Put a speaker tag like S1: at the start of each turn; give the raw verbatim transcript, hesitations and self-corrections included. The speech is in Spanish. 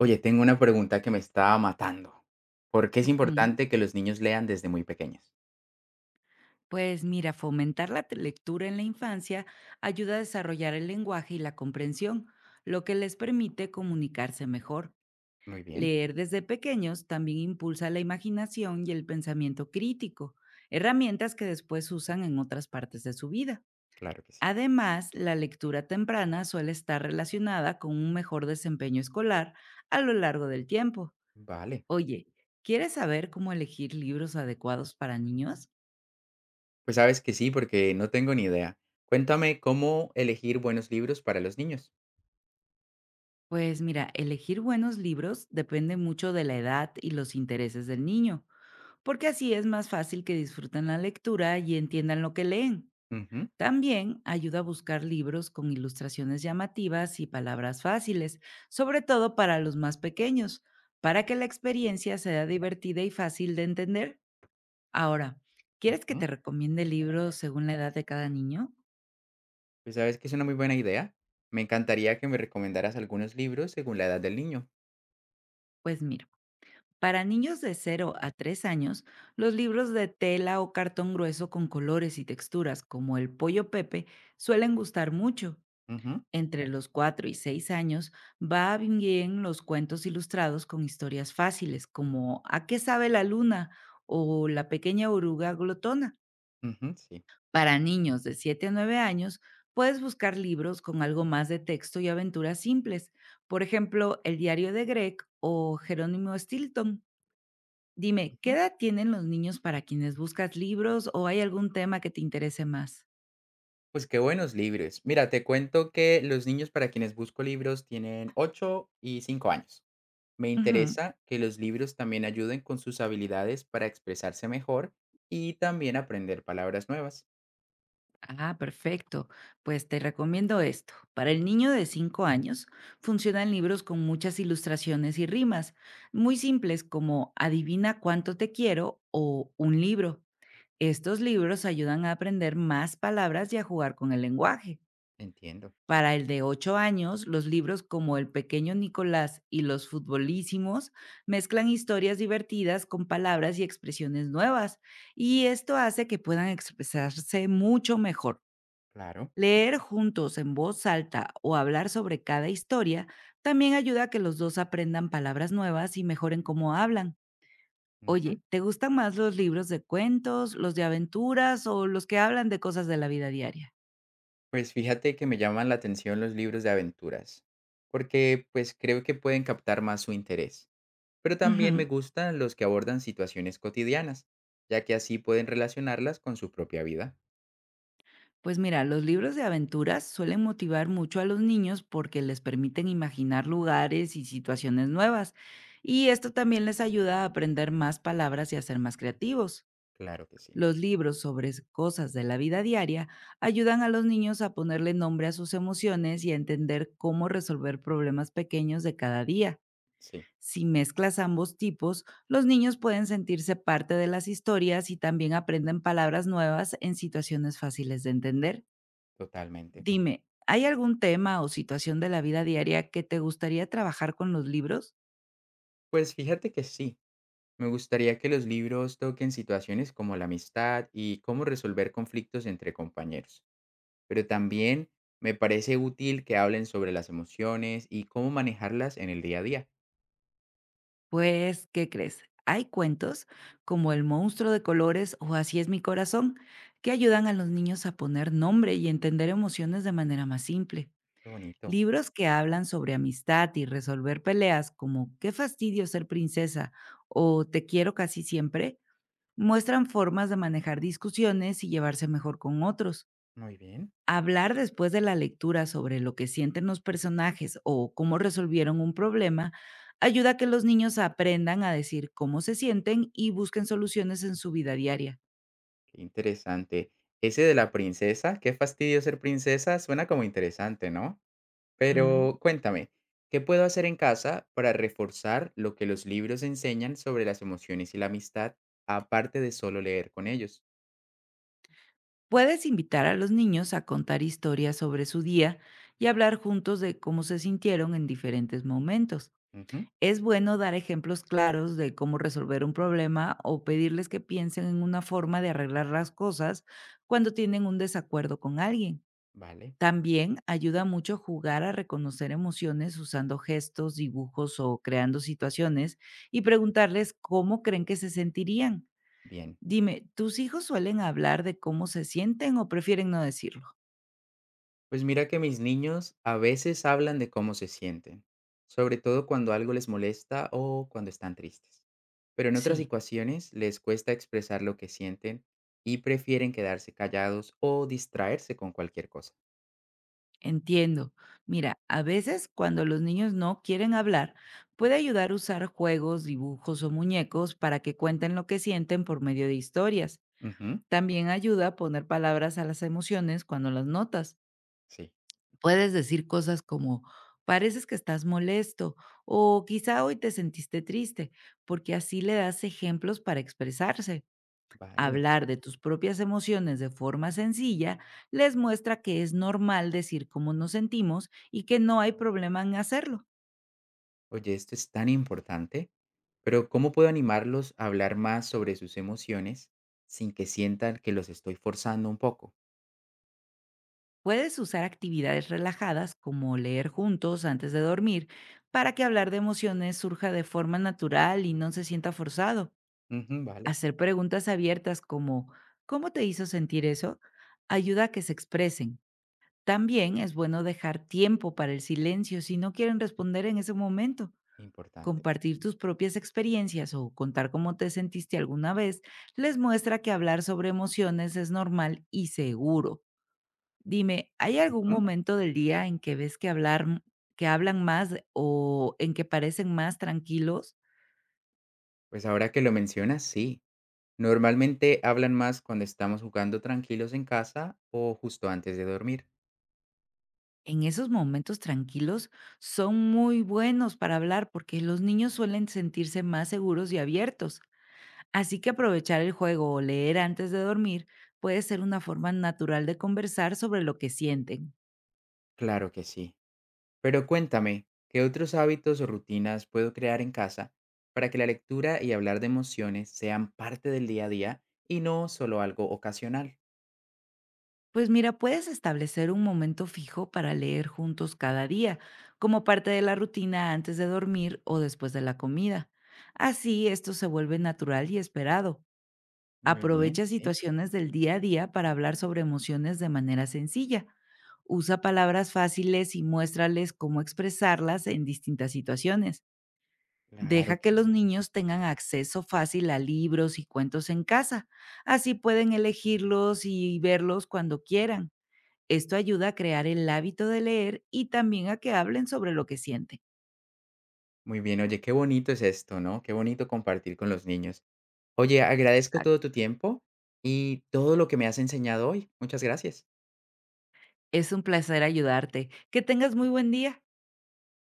S1: Oye, tengo una pregunta que me está matando. ¿Por qué es
S2: Ujú.
S1: importante que los niños lean desde muy pequeños?
S2: Pues mira, fomentar la te- lectura en la infancia ayuda a desarrollar el lenguaje y la comprensión, lo que les permite comunicarse mejor.
S1: Muy bien,
S2: Leer desde pequeños también impulsa la imaginación y el pensamiento crítico, herramientas que después usan en otras partes de su vida.
S1: claro que sí.
S2: Además, la lectura temprana suele estar relacionada con un mejor desempeño escolar a lo largo del tiempo.
S1: Vale.
S2: Oye, ¿quieres saber cómo elegir libros adecuados para niños?
S1: Pues sabes que sí, porque no tengo ni idea. Cuéntame cómo elegir buenos libros para los niños.
S2: Pues mira, elegir buenos libros depende mucho de la edad y los intereses del niño, porque así es más fácil que disfruten la lectura y entiendan lo que leen.
S1: Ujú,
S2: También ayuda a buscar libros con ilustraciones llamativas y palabras fáciles, sobre todo para los más pequeños, para que la experiencia sea divertida y fácil de entender. Ahora, ¿quieres que
S1: ujú.
S2: te recomiende libros según la edad de cada niño?
S1: Pues sabes que es una muy buena idea. Me encantaría que me recomendaras algunos libros según la edad del niño.
S2: Pues mira. Para niños de cero a tres años, los libros de tela o cartón grueso con colores y texturas como el Pollo Pepe suelen gustar mucho.
S1: Ujú,
S2: Entre los cuatro y seis años va bien los cuentos ilustrados con historias fáciles como ¿A qué sabe la luna? O La pequeña oruga glotona.
S1: ujú, sí.
S2: Para niños de siete a nueve años, puedes buscar libros con algo más de texto y aventuras simples, por ejemplo, El diario de Greg o Jerónimo Stilton. Dime, ¿qué
S1: Ujú.
S2: edad tienen los niños para quienes buscas libros o hay algún tema que te interese más?
S1: Pues qué buenos libros. Mira, te cuento que los niños para quienes busco libros tienen ocho y cinco años. Me
S2: Ujú.
S1: interesa que los libros también ayuden con sus habilidades para expresarse mejor y también aprender palabras nuevas.
S2: Ah, perfecto. Pues te recomiendo esto. Para el niño de cinco años, funcionan libros con muchas ilustraciones y rimas, muy simples como Adivina cuánto te quiero o Un libro. Estos libros ayudan a aprender más palabras y a jugar con el lenguaje.
S1: Entiendo,
S2: Para el de ocho años, los libros como El pequeño Nicolás y Los futbolísimos mezclan historias divertidas con palabras y expresiones nuevas, y esto hace que puedan expresarse mucho mejor.
S1: claro.
S2: Leer juntos en voz alta o hablar sobre cada historia también ayuda a que los dos aprendan palabras nuevas y mejoren cómo hablan.
S1: Ujú.
S2: Oye, ¿te gustan más los libros de cuentos, los de aventuras o los que hablan de cosas de la vida diaria?
S1: Pues fíjate que me llaman la atención los libros de aventuras, porque pues creo que pueden captar más su interés. Pero también me
S2: Ujú.
S1: gustan los que abordan situaciones cotidianas, ya que así pueden relacionarlas con su propia vida.
S2: Pues mira, los libros de aventuras suelen motivar mucho a los niños porque les permiten imaginar lugares y situaciones nuevas. Y esto también les ayuda a aprender más palabras y a ser más creativos.
S1: Claro que sí,
S2: Los libros sobre s- cosas de la vida diaria ayudan a los niños a ponerle nombre a sus emociones y a entender cómo resolver problemas pequeños de cada día.
S1: sí,
S2: Si mezclas ambos tipos, los niños pueden sentirse parte de las historias y también aprenden palabras nuevas en situaciones fáciles de entender.
S1: totalmente.
S2: Dime, ¿hay algún tema o situación de la vida diaria que te gustaría trabajar con los libros?
S1: Pues fíjate que sí. Me gustaría que los libros toquen situaciones como la amistad y cómo resolver conflictos entre compañeros, pero también me parece útil que hablen sobre las emociones y cómo manejarlas en el día a día.
S2: Pues, ¿qué crees? Hay cuentos como El monstruo de colores o Así es mi corazón que ayudan a los niños a poner nombre y entender emociones de manera más simple.
S1: Qué bonito.
S2: Libros que hablan sobre amistad y resolver peleas como Qué fastidio ser princesa o Te quiero casi siempre muestran formas de manejar discusiones y llevarse mejor con otros.
S1: Muy bien.
S2: Hablar después de la lectura sobre lo que sienten los personajes o cómo resolvieron un problema ayuda a que los niños aprendan a decir cómo se sienten y busquen soluciones en su vida diaria.
S1: Qué interesante. Ese de la princesa, qué fastidio ser princesa, suena como interesante, ¿no?
S2: Mm,
S1: Pero cuéntame, ¿qué puedo hacer en casa para reforzar lo que los libros enseñan sobre las emociones y la amistad, aparte de solo leer con ellos?
S2: Puedes invitar a los niños a contar historias sobre su día y hablar juntos de cómo se sintieron en diferentes momentos.
S1: Ujú,
S2: Es bueno dar ejemplos claros de cómo resolver un problema o pedirles que piensen en una forma de arreglar las cosas cuando tienen un desacuerdo con alguien.
S1: vale.
S2: También ayuda mucho jugar a reconocer emociones usando gestos, dibujos o creando situaciones y preguntarles cómo creen que se sentirían.
S1: Bien,
S2: Dime, ¿tus hijos suelen hablar de cómo se sienten o prefieren no decirlo?
S1: pues mira que mis niños a veces hablan de cómo se sienten, sobre todo cuando algo les molesta o cuando están tristes. Pero en otras
S2: Sí,
S1: situaciones les cuesta expresar lo que sienten y prefieren quedarse callados o distraerse con cualquier cosa.
S2: entiendo. Mira, a veces cuando los niños no quieren hablar, puede ayudar a usar juegos, dibujos o muñecos para que cuenten lo que sienten por medio de historias.
S1: Ujú,
S2: También ayuda a poner palabras a las emociones cuando las notas.
S1: sí,
S2: Puedes decir cosas como, pareces que estás molesto o quizá hoy te sentiste triste, porque así le das ejemplos para expresarse.
S1: vale.
S2: Hablar de tus propias emociones de forma sencilla les muestra que es normal decir cómo nos sentimos y que no hay problema en hacerlo.
S1: Oye, esto es tan importante, pero ¿cómo puedo animarlos a hablar más sobre sus emociones sin que sientan que los estoy forzando un poco?
S2: Puedes usar actividades relajadas como leer juntos antes de dormir para que hablar de emociones surja de forma natural y no se sienta forzado.
S1: Ujú, vale,
S2: Hacer preguntas abiertas como ¿cómo te hizo sentir eso? Ayuda a que se expresen. También es bueno dejar tiempo para el silencio si no quieren responder en ese momento.
S1: importante.
S2: Compartir tus propias experiencias o contar cómo te sentiste alguna vez les muestra que hablar sobre emociones es normal y seguro. Dime, ¿hay algún
S1: Ujú.
S2: momento del día en que ves que hablar que hablan más o en que parecen más tranquilos?
S1: Pues ahora que lo mencionas, sí. Normalmente hablan más cuando estamos jugando tranquilos en casa o justo antes de dormir.
S2: En esos momentos tranquilos son muy buenos para hablar porque los niños suelen sentirse más seguros y abiertos. Así que aprovechar el juego o leer antes de dormir puede ser una forma natural de conversar sobre lo que sienten.
S1: Claro que sí. Pero cuéntame, ¿qué otros hábitos o rutinas puedo crear en casa para que la lectura y hablar de emociones sean parte del día a día y no solo algo ocasional?
S2: Pues mira, puedes establecer un momento fijo para leer juntos cada día, como parte de la rutina antes de dormir o después de la comida. Así esto se vuelve natural y esperado.
S1: Muy bien,
S2: Aprovecha
S1: sí,
S2: situaciones del día a día para hablar sobre emociones de manera sencilla. Usa palabras fáciles y muéstrales cómo expresarlas en distintas situaciones.
S1: claro
S2: Deja
S1: que
S2: que los
S1: sí.
S2: niños tengan acceso fácil a libros y cuentos en casa. Así pueden elegirlos y verlos cuando quieran. Esto ayuda a crear el hábito de leer y también a que hablen sobre lo que sienten.
S1: Muy bien, oye, qué bonito es esto, ¿no? Qué bonito compartir con los niños. Oye, agradezco todo
S2: Exacto.
S1: tu tiempo y todo lo que me has enseñado hoy. Muchas gracias.
S2: Es un placer ayudarte. Que tengas muy buen día.